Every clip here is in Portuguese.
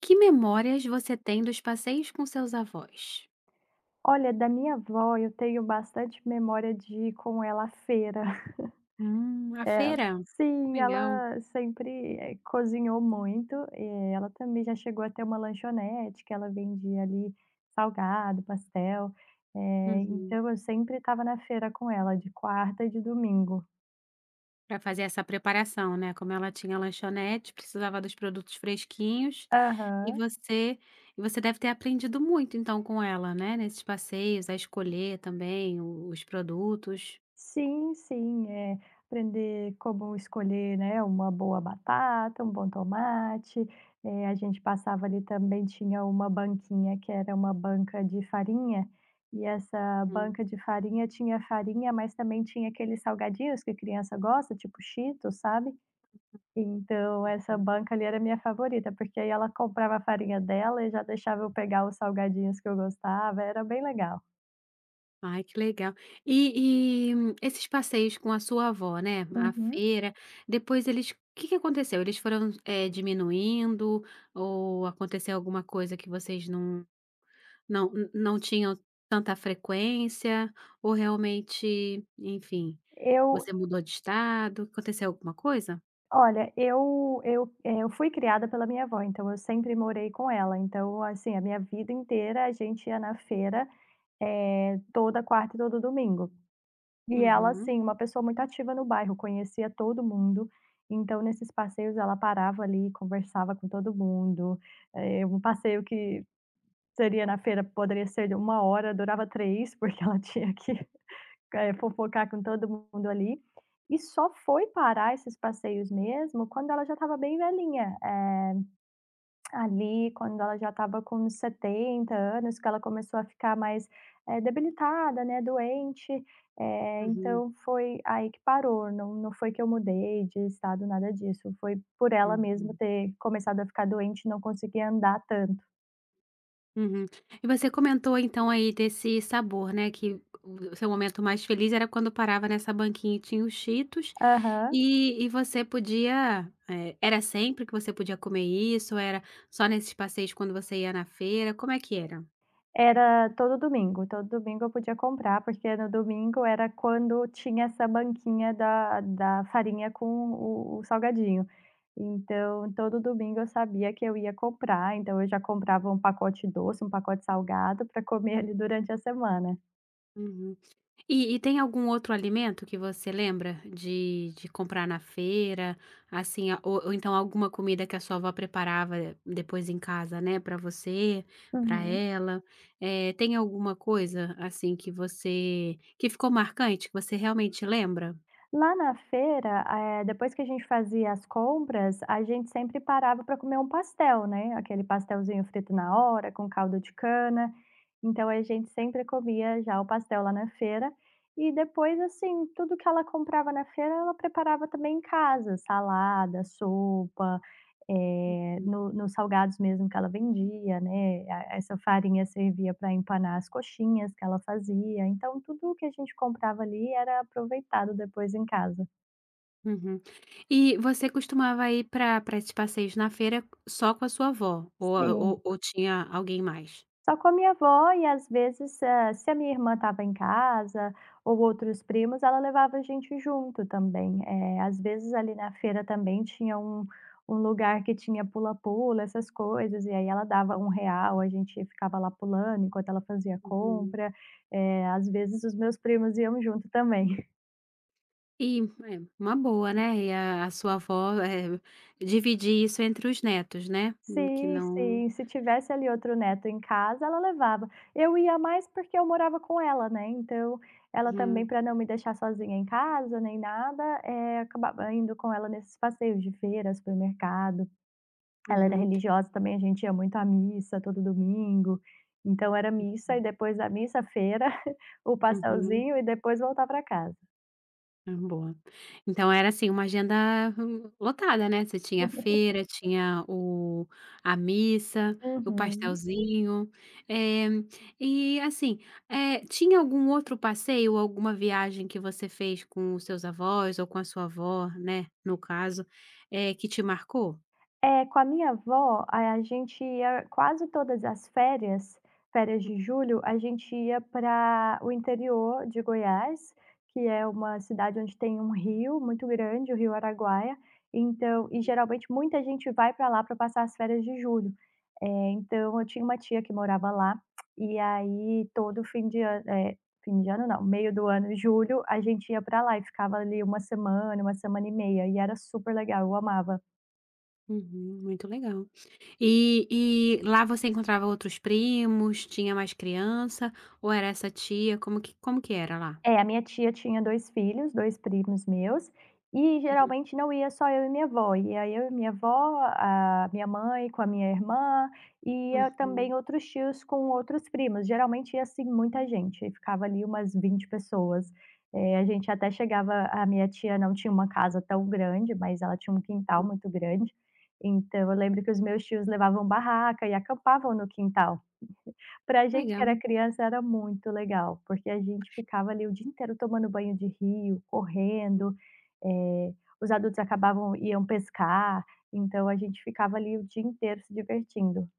Que memórias você tem dos passeios com seus avós? Olha, da minha avó eu tenho bastante memória de ir com ela à feira. A É, feira. sim, Legal. ela sempre, cozinhou muito, ela também já chegou a ter uma lanchonete que ela vendia ali salgado, pastel, Uhum. então eu sempre estava na feira com ela de quarta e de domingo. Pra fazer essa preparação, né, como ela tinha lanchonete, precisava dos produtos fresquinhos, e Aham. você e você deve ter aprendido muito então com ela, né, nesses passeios, a escolher também o os produtos. Sim, sim, aprender como escolher, né, uma boa batata, um bom tomate, a gente passava ali, também tinha uma banquinha que era uma banca de farinha, e essa banca de farinha tinha farinha, mas também tinha aqueles salgadinhos que criança gosta, tipo Cheetos, sabe. Então essa banca ali era minha favorita, porque aí ela comprava a farinha dela e já deixava eu pegar os salgadinhos que eu gostava, era bem legal. Ai, que legal. E esses passeios com a sua avó, né, a Uhum. feira, depois eles o que que aconteceu? Eles foram, diminuindo, ou aconteceu alguma coisa que vocês não tinham tanta frequência, ou realmente, enfim, Eu você mudou de estado, aconteceu alguma coisa? Olha, eu fui criada pela minha avó, então eu sempre morei com ela. Então, assim, a minha vida inteira a gente ia na feira, toda quarta e todo domingo. E ela, Uhum, assim, uma pessoa muito ativa no bairro, conhecia todo mundo. Então, nesses passeios, ela parava ali, conversava com todo mundo. Um passeio que seria na feira poderia ser de uma hora, durava três, porque ela tinha que fofocar com todo mundo ali. E só foi parar esses passeios mesmo quando ela já estava bem velhinha, ali quando ela já estava com uns 70 anos, que ela começou a ficar mais, debilitada, né, doente, uhum, então foi aí que parou, não foi que eu mudei de estado, nada disso, foi por ela mesmo uhum, ter começado a ficar doente e não conseguir andar tanto. uhum. E você comentou então aí desse sabor, né, que o seu momento mais feliz era quando parava nessa banquinha e tinha os Cheetos. Aham. E você podia, era sempre que você podia comer isso, era só nesses passeios quando você ia na feira, como é que era? Era todo domingo eu podia comprar, porque no domingo era quando tinha essa banquinha da farinha com o salgadinho. Então, todo domingo eu sabia que eu ia comprar, então eu já comprava um pacote doce, um pacote salgado para comer ali durante a semana. Uhum. E tem algum outro alimento que você lembra de comprar na feira, assim, a ou então alguma comida que a sua avó preparava depois em casa, né, pra você, pra Uhum. ela, tem alguma coisa, assim, que ficou marcante, que você realmente lembra? Lá na feira, depois que a gente fazia as compras, a gente sempre parava para comer um pastel, né, aquele pastelzinho frito na hora, com caldo de cana. Então a gente sempre comia já o pastel lá na feira. E depois, assim, tudo que ela comprava na feira, ela preparava também em casa, salada, sopa. Eh, no nos salgados mesmo que ela vendia, né, a essa farinha servia para empanar as coxinhas que ela fazia, então tudo que a gente comprava ali era aproveitado depois em casa. Uhum. E você costumava ir para esses passeios na feira só com a sua avó ou Sim. ou ou tinha alguém mais? Só com a minha avó, e às vezes, se a minha irmã estava em casa ou outros primos, ela levava a gente junto também. Às vezes ali na feira também tinha um lugar que tinha pula-pula, essas coisas, e aí ela dava um real, a gente ficava lá pulando enquanto ela fazia Uhum. compra. Às vezes os meus primos iam junto também. E é, uma boa, né, e a sua avó, dividir isso entre os netos, né, que Sim, não. sim. Se tivesse ali outro neto em casa, ela levava. Eu ia mais porque eu morava com ela, né, então ela também, Uhum, para não me deixar sozinha em casa nem nada, acabava indo com ela nesses passeios de feira, supermercado. Ela era uhum, religiosa também, a gente ia muito à missa todo domingo, então era missa e depois da missa, feira, o uhum. pastelzinho, e depois voltar para casa. Ah, boa. Então era, assim, uma agenda lotada, né, você tinha a feira, tinha o a missa, o Uhum. pastelzinho, eh, e assim, tinha algum outro passeio, alguma viagem que você fez com os seus avós ou com a sua avó, né, no caso, que te marcou? É, com a minha avó, a gente ia quase todas as férias, férias de julho, a gente ia para o interior de Goiás, que é uma cidade onde tem um rio muito grande, o Rio Araguaia, então, e geralmente muita gente vai para lá para passar as férias de julho. Então eu tinha uma tia que morava lá, e aí todo fim de ano, fim de ano não, meio do ano, julho, a gente ia para lá e ficava ali uma semana e meia, e era super legal, eu amava. Uhum, muito legal. E e lá você encontrava outros primos, tinha mais criança, ou era essa tia, como que era lá? É, a minha tia tinha 2 filhos, 2 primos meus, e Uhum. geralmente não ia só eu e minha avó, ia eu e minha avó, a minha mãe com a minha irmã, e ia Uhum. também outros tios com outros primos, geralmente ia, assim, muita gente, aí ficava ali umas 20 pessoas. A gente até chegava, a minha tia não tinha uma casa tão grande, mas ela tinha um quintal muito grande, então eu lembro que os meus tios levavam barraca e acampavam no quintal. Pra gente que era Legal. criança era muito legal, porque a gente ficava ali o dia inteiro tomando banho de rio, correndo, eh, os adultos acabavam, iam pescar, então a gente ficava ali o dia inteiro se divertindo.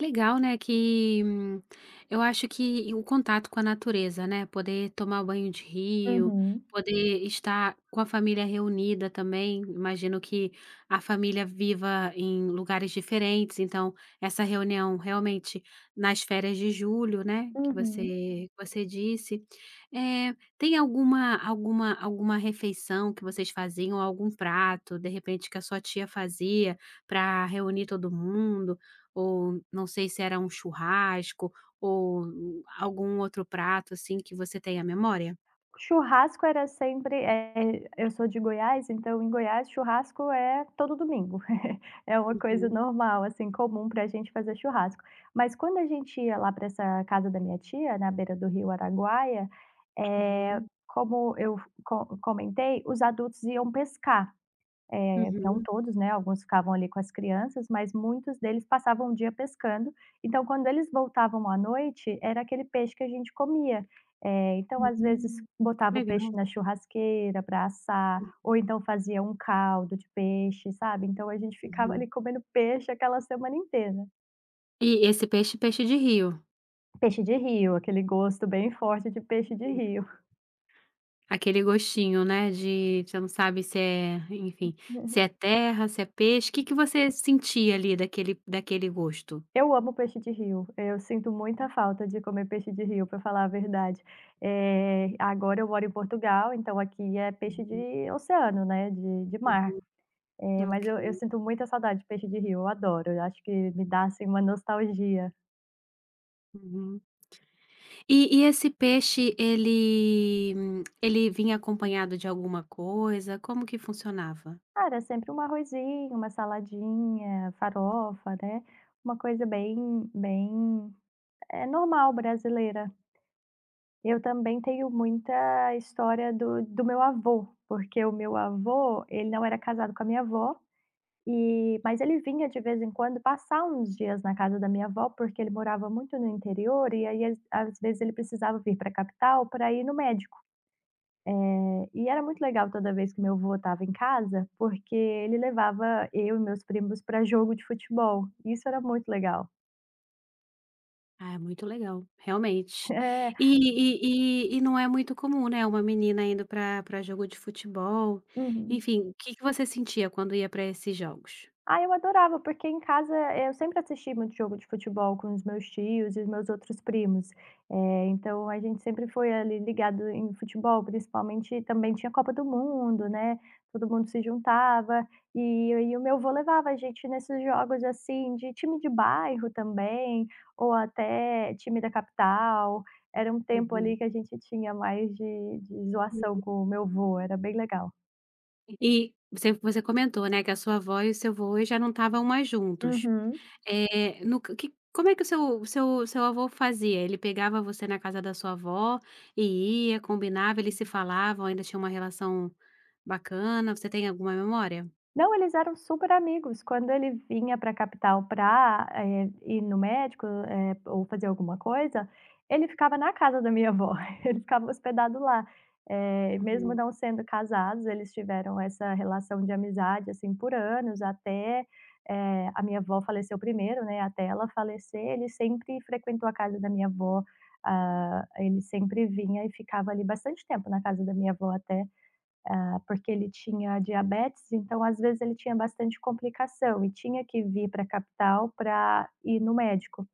Legal, né, que, eu acho que o contato com a natureza, né, poder tomar banho de rio, Uhum, poder estar com a família reunida também, imagino que a família viva em lugares diferentes, então essa reunião realmente nas férias de julho, né, que uhum. você que você disse. É, tem alguma refeição que vocês faziam, algum prato, de repente, que a sua tia fazia para reunir todo mundo? Ou não sei se era um churrasco ou algum outro prato, assim, que você tenha memória? Churrasco era sempre, eu sou de Goiás, então em Goiás churrasco é todo domingo. É uma coisa Uhum, normal, assim, comum para a gente fazer churrasco. Mas quando a gente ia lá para essa casa da minha tia, na beira do rio Araguaia, uhum. como eu co comentei, os adultos iam pescar. Não Uhum. todos, né, alguns ficavam ali com as crianças, mas muitos deles passavam o dia pescando, então quando eles voltavam à noite, era aquele peixe que a gente comia. Então às vezes Uhum. botava o peixe Legal. na churrasqueira para assar, ou então fazia um caldo de peixe, sabe, então a gente ficava Uhum. ali comendo peixe aquela semana inteira. E esse peixe, peixe de rio. Peixe de rio, aquele gosto bem forte de peixe de Hum. rio. Aquele gostinho, né, de você não sabe se é, enfim, se é terra, se é peixe. O que que você sentia ali daquele gosto? Eu amo peixe de rio, eu sinto muita falta de comer peixe de rio, para falar a verdade. Agora eu moro em Portugal, então aqui é peixe Uhum, de oceano, né, de mar. uhum. Eh, Ok. mas eu sinto muita saudade de peixe de rio, eu adoro, eu acho que me dá, assim, uma nostalgia. Uhum. E esse peixe, ele vinha acompanhado de alguma coisa? Como que funcionava? Cara, é sempre um arrozinho, uma saladinha, farofa, né, uma coisa bem bem, é normal brasileira. Eu também tenho muita história do meu avô, porque o meu avô, ele não era casado com a minha avó, e mas ele vinha de vez em quando passar uns dias na casa da minha avó, porque ele morava muito no interior, e aí, às vezes, ele precisava vir para a capital para ir no médico. E era muito legal toda vez que meu avô estava em casa, porque ele levava eu e meus primos para jogo de futebol, isso era muito legal. Ah, é muito legal, realmente. É. E não é muito comum, né, uma menina indo para jogo de futebol, Uhum. enfim, o que que você sentia quando ia para esses jogos? Ah, eu adorava, porque em casa, eu sempre assisti muito jogo de futebol com os meus tios e os meus outros primos. Então a gente sempre foi ali ligado em futebol, principalmente também tinha Copa do Mundo, né, todo mundo se juntava, e aí o meu avô levava a gente nesses jogos, assim, de time de bairro também, ou até time da capital. Era um tempo Uhum. ali que a gente tinha mais de zoação com o meu avô, era bem legal. E você comentou, né, que a sua avó e o seu avô já não estavam mais juntos. Uhum. Eh, no c que como é que o seu avô fazia? Ele pegava você na casa da sua avó e ia, combinava, eles se falavam, ainda tinha uma relação bacana, você tem alguma memória? Não, eles eram super amigos. Quando ele vinha pra capital para ir no médico, ou fazer alguma coisa, ele ficava na casa da minha avó, ele ficava hospedado lá. Mesmo Uhum, não sendo casados, eles tiveram essa relação de amizade, assim, por anos, até, a minha avó faleceu primeiro, né, até ela falecer, ele sempre frequentou a casa da minha avó, ah, ele sempre vinha e ficava ali bastante tempo na casa da minha avó, até porque ele tinha diabetes, então às vezes ele tinha bastante complicação e tinha que vir para a capital para ir no médico.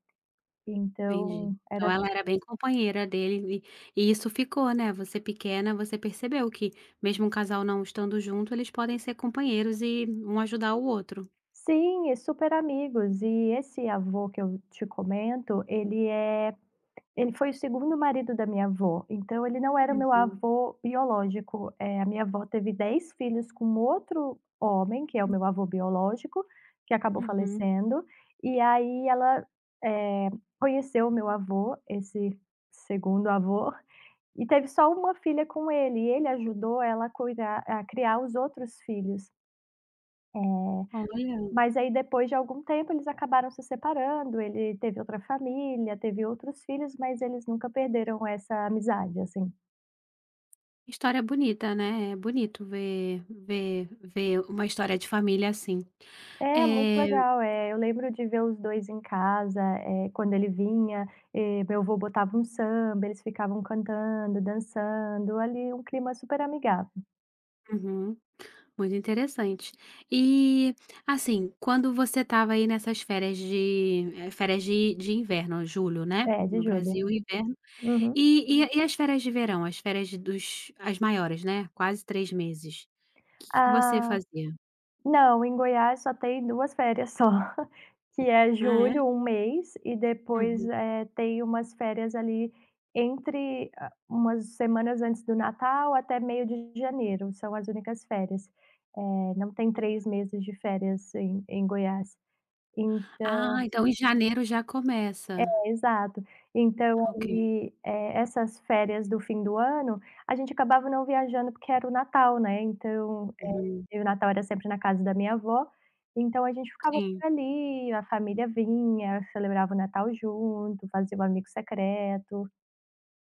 entendi. Então Então era, ela era bem companheira dele e isso ficou, né, você pequena, você percebeu que mesmo um casal não estando junto, eles podem ser companheiros e um ajudar o outro. sim, e super amigos. E esse avô que eu te comento, ele foi o segundo marido da minha avó, então ele não era o meu Uhum, avô biológico, a minha avó teve 10 filhos com outro homem, que é o meu avô biológico, que acabou uhum. falecendo, e aí ela, eh, conheceu o meu avô, esse segundo avô, e teve só uma filha com ele, e ele ajudou ela a cuidar, a criar os outros filhos. Olha. Mas aí depois de algum tempo eles acabaram se separando, ele teve outra família, teve outros filhos, mas eles nunca perderam essa amizade, assim. História bonita, né, é bonito ver uma história de família assim. É, muito É, legal. É, eu lembro de ver os 2 em casa, quando ele vinha, meu avô botava um samba, eles ficavam cantando, dançando, ali um clima super amigável. uhum, muito interessante. E, assim, quando você estava aí nessas férias de inverno, julho, né, É, de no julho. Brasil inverno, Uhum. e as férias de verão, as férias de- dos as maiores, né, quase 3 meses, o que que você Ah, fazia? não, em Goiás só tem 2 férias só, que é Ah é? julho, um mês, e depois, Uhum. Tem umas férias ali entre a, umas semanas antes do Natal, até meio de janeiro, são as únicas férias. Não tem 3 meses de férias em Goiás. Então. Ah, então em janeiro já começa. Exato. Então Ah, ok. ali, essas férias do fim do ano, a gente acabava não viajando porque era o Natal, né, então, Uhum, o Natal era sempre na casa da minha avó, então a gente ficava sim. por ali, a família vinha, celebrava o Natal junto, fazia o amigo secreto.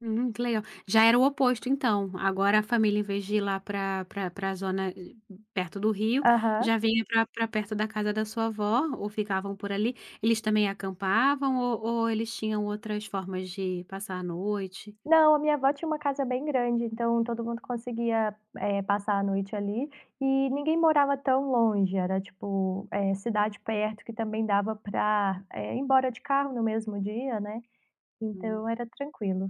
Que legal. Já era o oposto então, agora a família em vez de ir lá para a zona, perto do rio, Aham. já vinha para pra perto da casa da sua avó ou ficavam por ali? Eles também acampavam ou eles tinham outras formas de passar a noite? Não, a minha avó tinha uma casa bem grande, então todo mundo conseguia, passar a noite ali, e ninguém morava tão longe, era tipo, cidade perto que também dava pra, ir embora de carro no mesmo dia, né, Hum, então era tranquilo.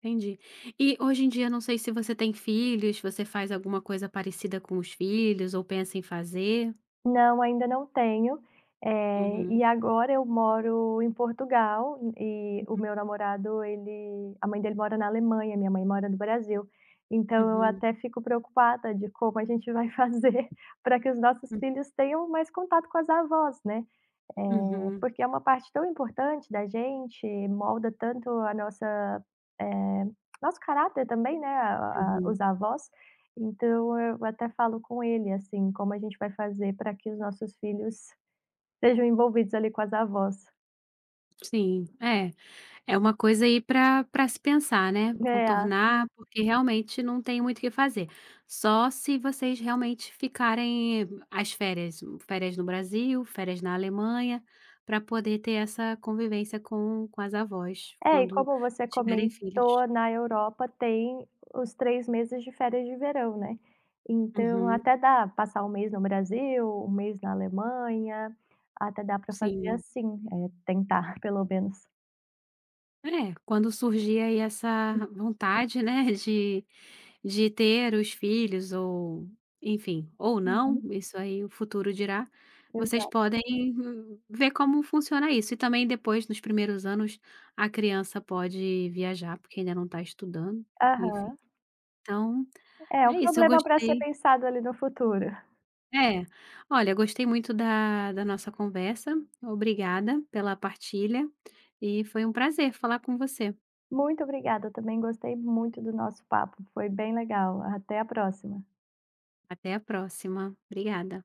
entendi. E hoje em dia não sei se você tem filhos, você faz alguma coisa parecida com os filhos ou pensa em fazer? Não, ainda não tenho, Uhum, e agora eu moro em Portugal e o meu namorado, ele, a mãe dele mora na Alemanha, minha mãe mora no Brasil. Então eu uhum, até fico preocupada de como a gente vai fazer para que os nossos hum, filhos tenham mais contato com as avós, né. Eh, uhum, porque é uma parte tão importante da gente, molda tanto a nossa, eh, nosso caráter também, né, a uhum. os avós. Então eu até falo com ele, assim, como a gente vai fazer para que os nossos filhos sejam envolvidos ali com as avós, Sim, é. É uma coisa aí para se pensar, né, né. contornar, porque realmente não tem muito o que fazer. Só se vocês realmente ficarem as férias no Brasil, férias na Alemanha, para poder ter essa convivência com as avós, É, e quando como você tiverem filhos. comentou, na Europa tem os 3 meses de férias de verão, né. Então Uhum, até dá passar um mês no Brasil, um mês na Alemanha, até dá para fazer sim. assim, tentar pelo menos. É, quando surgir aí essa vontade, né, de ter os filhos ou, enfim, ou não, Uhum, isso aí o futuro dirá, vocês exato. podem ver como funciona isso. E também depois, nos primeiros anos, a criança pode viajar, porque ainda não está estudando, enfim. Aham. Então, É um é isso, eu problema para ser gostei. pensado ali no futuro. É, olha, gostei muito da nossa conversa. Obrigada pela partilha e foi um prazer falar com você. Muito obrigada, eu também gostei muito do nosso papo, foi bem legal. Até a próxima. Até a próxima. Obrigada.